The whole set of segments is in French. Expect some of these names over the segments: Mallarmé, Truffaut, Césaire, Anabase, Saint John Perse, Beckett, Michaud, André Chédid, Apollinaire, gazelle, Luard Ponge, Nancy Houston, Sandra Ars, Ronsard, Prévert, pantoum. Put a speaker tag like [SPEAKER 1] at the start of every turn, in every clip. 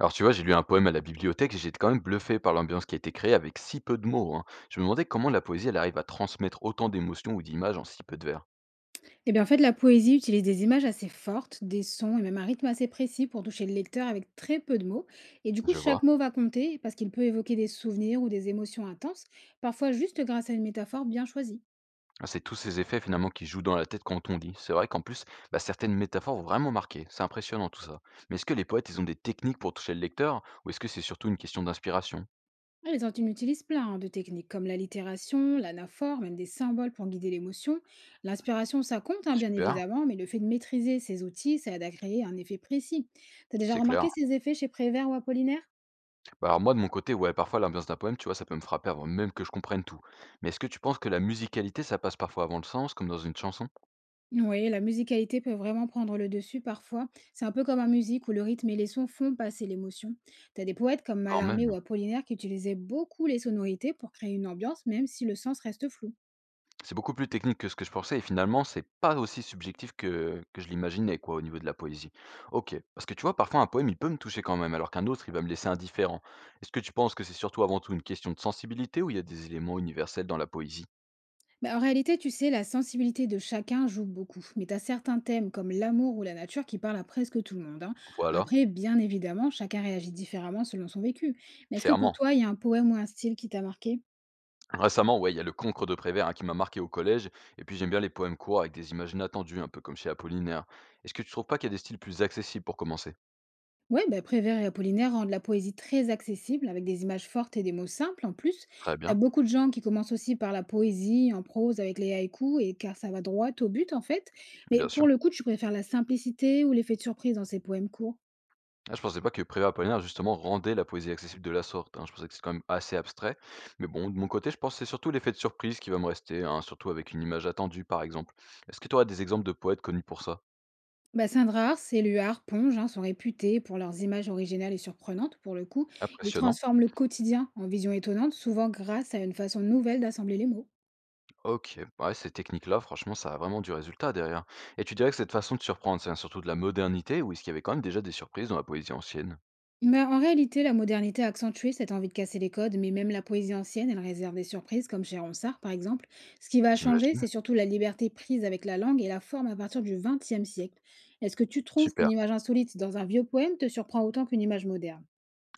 [SPEAKER 1] Alors tu vois, j'ai lu un poème à la bibliothèque et j'ai été quand même bluffé par l'ambiance qui a été créée avec si peu de mots, hein. Je me demandais comment la poésie elle arrive à transmettre autant d'émotions ou d'images en si peu de vers.
[SPEAKER 2] Eh bien, en fait, la poésie utilise des images assez fortes, des sons et même un rythme assez précis pour toucher le lecteur avec très peu de mots. Et du coup,
[SPEAKER 1] Je vois.
[SPEAKER 2] chaque mot va compter parce qu'il peut évoquer des souvenirs ou des émotions intenses, parfois juste grâce à une métaphore bien choisie.
[SPEAKER 1] Ah, c'est tous ces effets finalement qui jouent dans la tête quand on lit. C'est vrai qu'en plus, bah, certaines métaphores vont vraiment marquer. C'est impressionnant tout ça. Mais est-ce que les poètes, ils ont des techniques pour toucher le lecteur ou est-ce que c'est surtout une question d'inspiration?
[SPEAKER 2] Et Les Antilles utilisent plein, hein, de techniques comme l'allitération, l'anaphore, même des symboles pour guider l'émotion. L'inspiration, ça compte, hein, bien
[SPEAKER 1] Super,
[SPEAKER 2] évidemment, mais le fait de maîtriser ces outils, ça aide à créer un effet précis. T'as déjà
[SPEAKER 1] c'est clair.
[SPEAKER 2] remarqué ces effets chez Prévert ou Apollinaire?
[SPEAKER 1] Bah, alors moi de mon côté, ouais, parfois l'ambiance d'un poème, tu vois, ça peut me frapper avant même que je comprenne tout. Mais est-ce que tu penses que la musicalité, ça passe parfois avant le sens, comme dans une chanson?
[SPEAKER 2] Oui, la musicalité peut vraiment prendre le dessus parfois. C'est un peu comme en musique où le rythme et les sons font passer l'émotion. T'as des poètes comme
[SPEAKER 1] Quand
[SPEAKER 2] Mallarmé
[SPEAKER 1] même.
[SPEAKER 2] ou Apollinaire qui utilisaient beaucoup les sonorités pour créer une ambiance, même si le sens reste flou.
[SPEAKER 1] C'est beaucoup plus technique que ce que je pensais et finalement, c'est pas aussi subjectif que je l'imaginais quoi, au niveau de la poésie. OK, parce que tu vois, parfois un poème, il peut me toucher quand même, alors qu'un autre, il va me laisser indifférent. Est-ce que tu penses que c'est surtout avant tout une question de sensibilité ou il y a des éléments universels dans la poésie?
[SPEAKER 2] Bah, en réalité, tu sais, la sensibilité de chacun joue beaucoup. Mais t'as certains thèmes comme l'amour ou la nature qui parlent à presque tout le monde, hein.
[SPEAKER 1] Voilà,
[SPEAKER 2] Après, bien évidemment, chacun réagit différemment selon son vécu. Mais est-ce que pour
[SPEAKER 1] clairement.
[SPEAKER 2] toi, il y a un poème ou un style qui t'a marqué?
[SPEAKER 1] Récemment, ouais, il y a le Cancre de Prévert, hein, qui m'a marqué au collège et puis j'aime bien les poèmes courts avec des images inattendues, un peu comme chez Apollinaire. Est-ce que tu trouves pas qu'il y a des styles plus accessibles pour commencer?
[SPEAKER 2] Oui, bah, Prévert et Apollinaire rendent la poésie très accessible, avec des images fortes et des mots simples. En plus,
[SPEAKER 1] Très
[SPEAKER 2] t'as
[SPEAKER 1] bien,
[SPEAKER 2] beaucoup de gens qui commencent aussi par la poésie en prose avec les haïkus, et car ça va droit au but en fait. Mais
[SPEAKER 1] bien sûr.
[SPEAKER 2] pour le coup, tu préfères la simplicité ou l'effet de surprise dans ces poèmes courts?
[SPEAKER 1] Ah, je pensais pas que Prévert Apollinaire justement rendait la poésie accessible de la sorte, hein. Je pensais que c'est quand même assez abstrait. Mais bon, de mon côté, je pense que c'est surtout l'effet de surprise qui va me rester, hein, surtout avec une image attendue par exemple. Est-ce que tu aurais des exemples de poètes connus pour ça?
[SPEAKER 2] Bah, Sandra Ars et Luard Ponge, hein, sont réputés pour leurs images originales et surprenantes. Pour le coup, ils
[SPEAKER 1] Impressionnant.
[SPEAKER 2] transforment le quotidien en vision étonnante, souvent grâce à une façon nouvelle d'assembler les mots.
[SPEAKER 1] Ok, ouais, ces techniques-là, franchement, ça a vraiment du résultat derrière. Et tu dirais que cette façon de surprendre, c'est surtout de la modernité ou est-ce qu'il y avait quand même déjà des surprises dans la poésie ancienne?
[SPEAKER 2] Bah, en réalité, la modernité a accentué cette envie de casser les codes, mais même la poésie ancienne, elle réserve des surprises, comme chez Ronsard par exemple. Ce qui va changer,
[SPEAKER 1] J'imagine.
[SPEAKER 2] c'est surtout la liberté prise avec la langue et la forme à partir du XXe siècle. Est-ce que tu trouves
[SPEAKER 1] Super.
[SPEAKER 2] qu'une image insolite dans un vieux poème te surprend autant qu'une image moderne?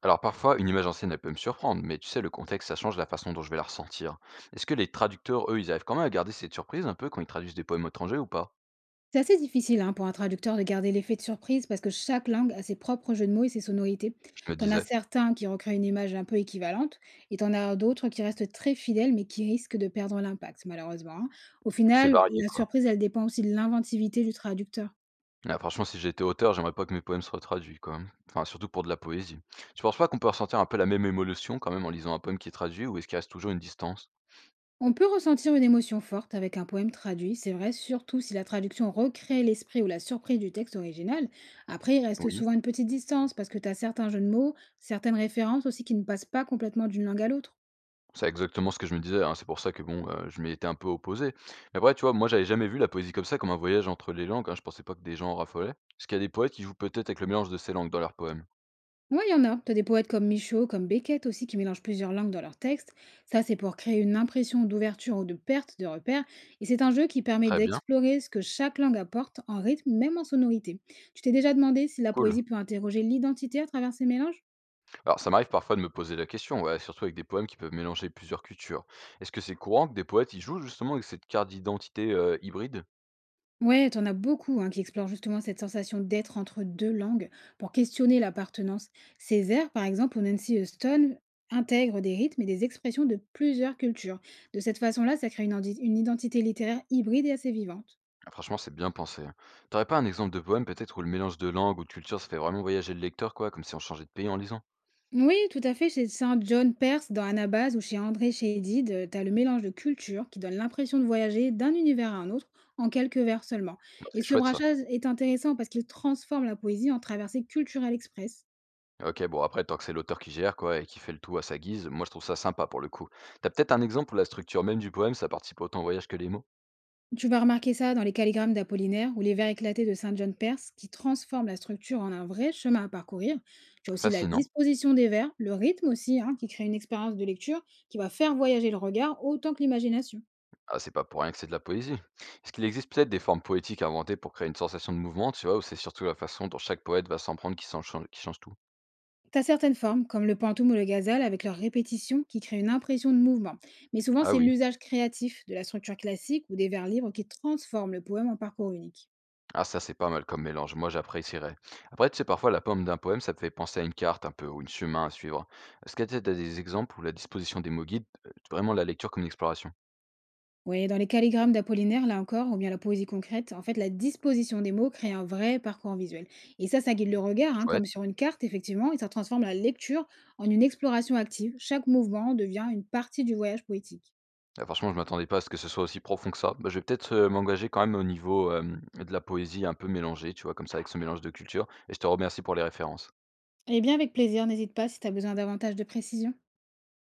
[SPEAKER 1] Alors parfois, une image ancienne, elle peut me surprendre, mais tu sais, le contexte, ça change la façon dont je vais la ressentir. Est-ce que les traducteurs, eux, ils arrivent quand même à garder cette surprise un peu quand ils traduisent des poèmes étrangers ou pas?
[SPEAKER 2] C'est assez difficile, hein, pour un traducteur de garder l'effet de surprise parce que chaque langue a ses propres jeux de mots et ses sonorités.
[SPEAKER 1] Je me
[SPEAKER 2] T'en as
[SPEAKER 1] disais,
[SPEAKER 2] certains qui recréent une image un peu équivalente et t'en as d'autres qui restent très fidèles mais qui risquent de perdre l'impact malheureusement, hein. Au
[SPEAKER 1] c'est
[SPEAKER 2] final,
[SPEAKER 1] varié,
[SPEAKER 2] la
[SPEAKER 1] quoi.
[SPEAKER 2] surprise, elle dépend aussi de l'inventivité du traducteur.
[SPEAKER 1] Ah, franchement, si j'étais auteur, j'aimerais pas que mes poèmes soient traduits, quoi. Enfin, surtout pour de la poésie. Tu penses pas qu'on peut ressentir un peu la même émotion quand même en lisant un poème qui est traduit, ou est-ce qu'il reste toujours une distance?
[SPEAKER 2] On peut ressentir une émotion forte avec un poème traduit, c'est vrai, surtout si la traduction recrée l'esprit ou la surprise du texte original. Après, il reste
[SPEAKER 1] Oui.
[SPEAKER 2] souvent une petite distance parce que t'as certains jeux de mots, certaines références aussi qui ne passent pas complètement d'une langue à l'autre.
[SPEAKER 1] C'est exactement ce que je me disais, hein. C'est pour ça que bon, je m'y étais un peu opposé. Mais après, tu vois, moi, j'avais jamais vu la poésie comme ça, comme un voyage entre les langues, hein. Je pensais pas que des gens en raffolaient. Est-ce qu'il y a des poètes qui jouent peut-être avec le mélange de ces langues dans leurs poèmes?
[SPEAKER 2] Ouais, il y en a. T'as des poètes comme Michaud, comme Beckett aussi, qui mélangent plusieurs langues dans leurs textes. Ça, c'est pour créer une impression d'ouverture ou de perte de repères. Et c'est un jeu qui permet
[SPEAKER 1] Très bien,
[SPEAKER 2] d'explorer ce que chaque langue apporte en rythme, même en sonorité. Tu t'es déjà demandé si la
[SPEAKER 1] cool.
[SPEAKER 2] poésie peut interroger l'identité à travers ces mélanges?
[SPEAKER 1] Alors ça m'arrive parfois de me poser la question, ouais, surtout avec des poèmes qui peuvent mélanger plusieurs cultures. Est-ce que c'est courant que des poètes, ils jouent justement avec cette carte d'identité, hybride?
[SPEAKER 2] Ouais, t'en as beaucoup, hein, qui explorent justement cette sensation d'être entre deux langues pour questionner l'appartenance. Césaire, par exemple, ou Nancy Houston intègrent des rythmes et des expressions de plusieurs cultures. De cette façon-là, ça crée une, une identité littéraire hybride et assez vivante.
[SPEAKER 1] Ah, franchement, c'est bien pensé, hein. Tu aurais pas un exemple de poème peut-être où le mélange de langues ou de cultures, ça fait vraiment voyager le lecteur, quoi, comme si on changeait de pays en lisant?
[SPEAKER 2] Oui, tout à fait. Chez Saint John Perse, dans Anabase ou chez André Chédid, t'as le mélange de cultures qui donne l'impression de voyager d'un univers à un autre en quelques vers seulement.
[SPEAKER 1] Bah,
[SPEAKER 2] Et
[SPEAKER 1] c'est
[SPEAKER 2] ce
[SPEAKER 1] chouette ça.
[SPEAKER 2] brassage est intéressant parce qu'il transforme la poésie en traversée culturelle express.
[SPEAKER 1] OK, bon après tant que c'est l'auteur qui gère quoi et qui fait le tout à sa guise, moi je trouve ça sympa pour le coup. T'as peut-être un exemple où la structure même du poème, ça participe autant au voyage que les mots?
[SPEAKER 2] Tu vas remarquer ça dans les calligrammes d'Apollinaire ou les vers éclatés de Saint John Perse qui transforment la structure en un vrai chemin à parcourir. Tu as aussi la
[SPEAKER 1] Fascinant.
[SPEAKER 2] disposition des vers, le rythme aussi, hein, qui crée une expérience de lecture qui va faire voyager le regard autant que l'imagination.
[SPEAKER 1] Ah c'est pas pour rien que c'est de la poésie. Est-ce qu'il existe peut-être des formes poétiques inventées pour créer une sensation de mouvement, tu vois, ou c'est surtout la façon dont chaque poète va s'en prendre qui change tout?
[SPEAKER 2] T'as certaines formes, comme le pantoum ou le gazelle, avec leur répétition qui crée une impression de mouvement. Mais souvent,
[SPEAKER 1] Ah
[SPEAKER 2] c'est
[SPEAKER 1] oui.
[SPEAKER 2] l'usage créatif de la structure classique ou des vers libres qui transforme le poème en parcours unique.
[SPEAKER 1] Ah ça c'est pas mal comme mélange, moi j'apprécierais. Après tu sais parfois la pomme d'un poème, ça me fait penser à une carte un peu ou une chemin à suivre. Est-ce que tu as des exemples où la disposition des mots guide, vraiment la lecture comme une exploration?
[SPEAKER 2] Oui, dans les calligrammes d'Apollinaire, là encore, ou bien la poésie concrète, en fait, la disposition des mots crée un vrai parcours visuel. Et ça guide le regard, hein,
[SPEAKER 1] Chouette.
[SPEAKER 2] comme sur une carte, effectivement, et ça transforme la lecture en une exploration active. Chaque mouvement devient une partie du voyage poétique.
[SPEAKER 1] Ah, franchement, je m'attendais pas à ce que ce soit aussi profond que ça. Bah, je vais peut-être, m'engager quand même au niveau, de la poésie un peu mélangée, tu vois? Comme ça, avec ce mélange de cultures et je te remercie pour les références.
[SPEAKER 2] Eh bien, avec plaisir, n'hésite pas si tu as besoin davantage de précision.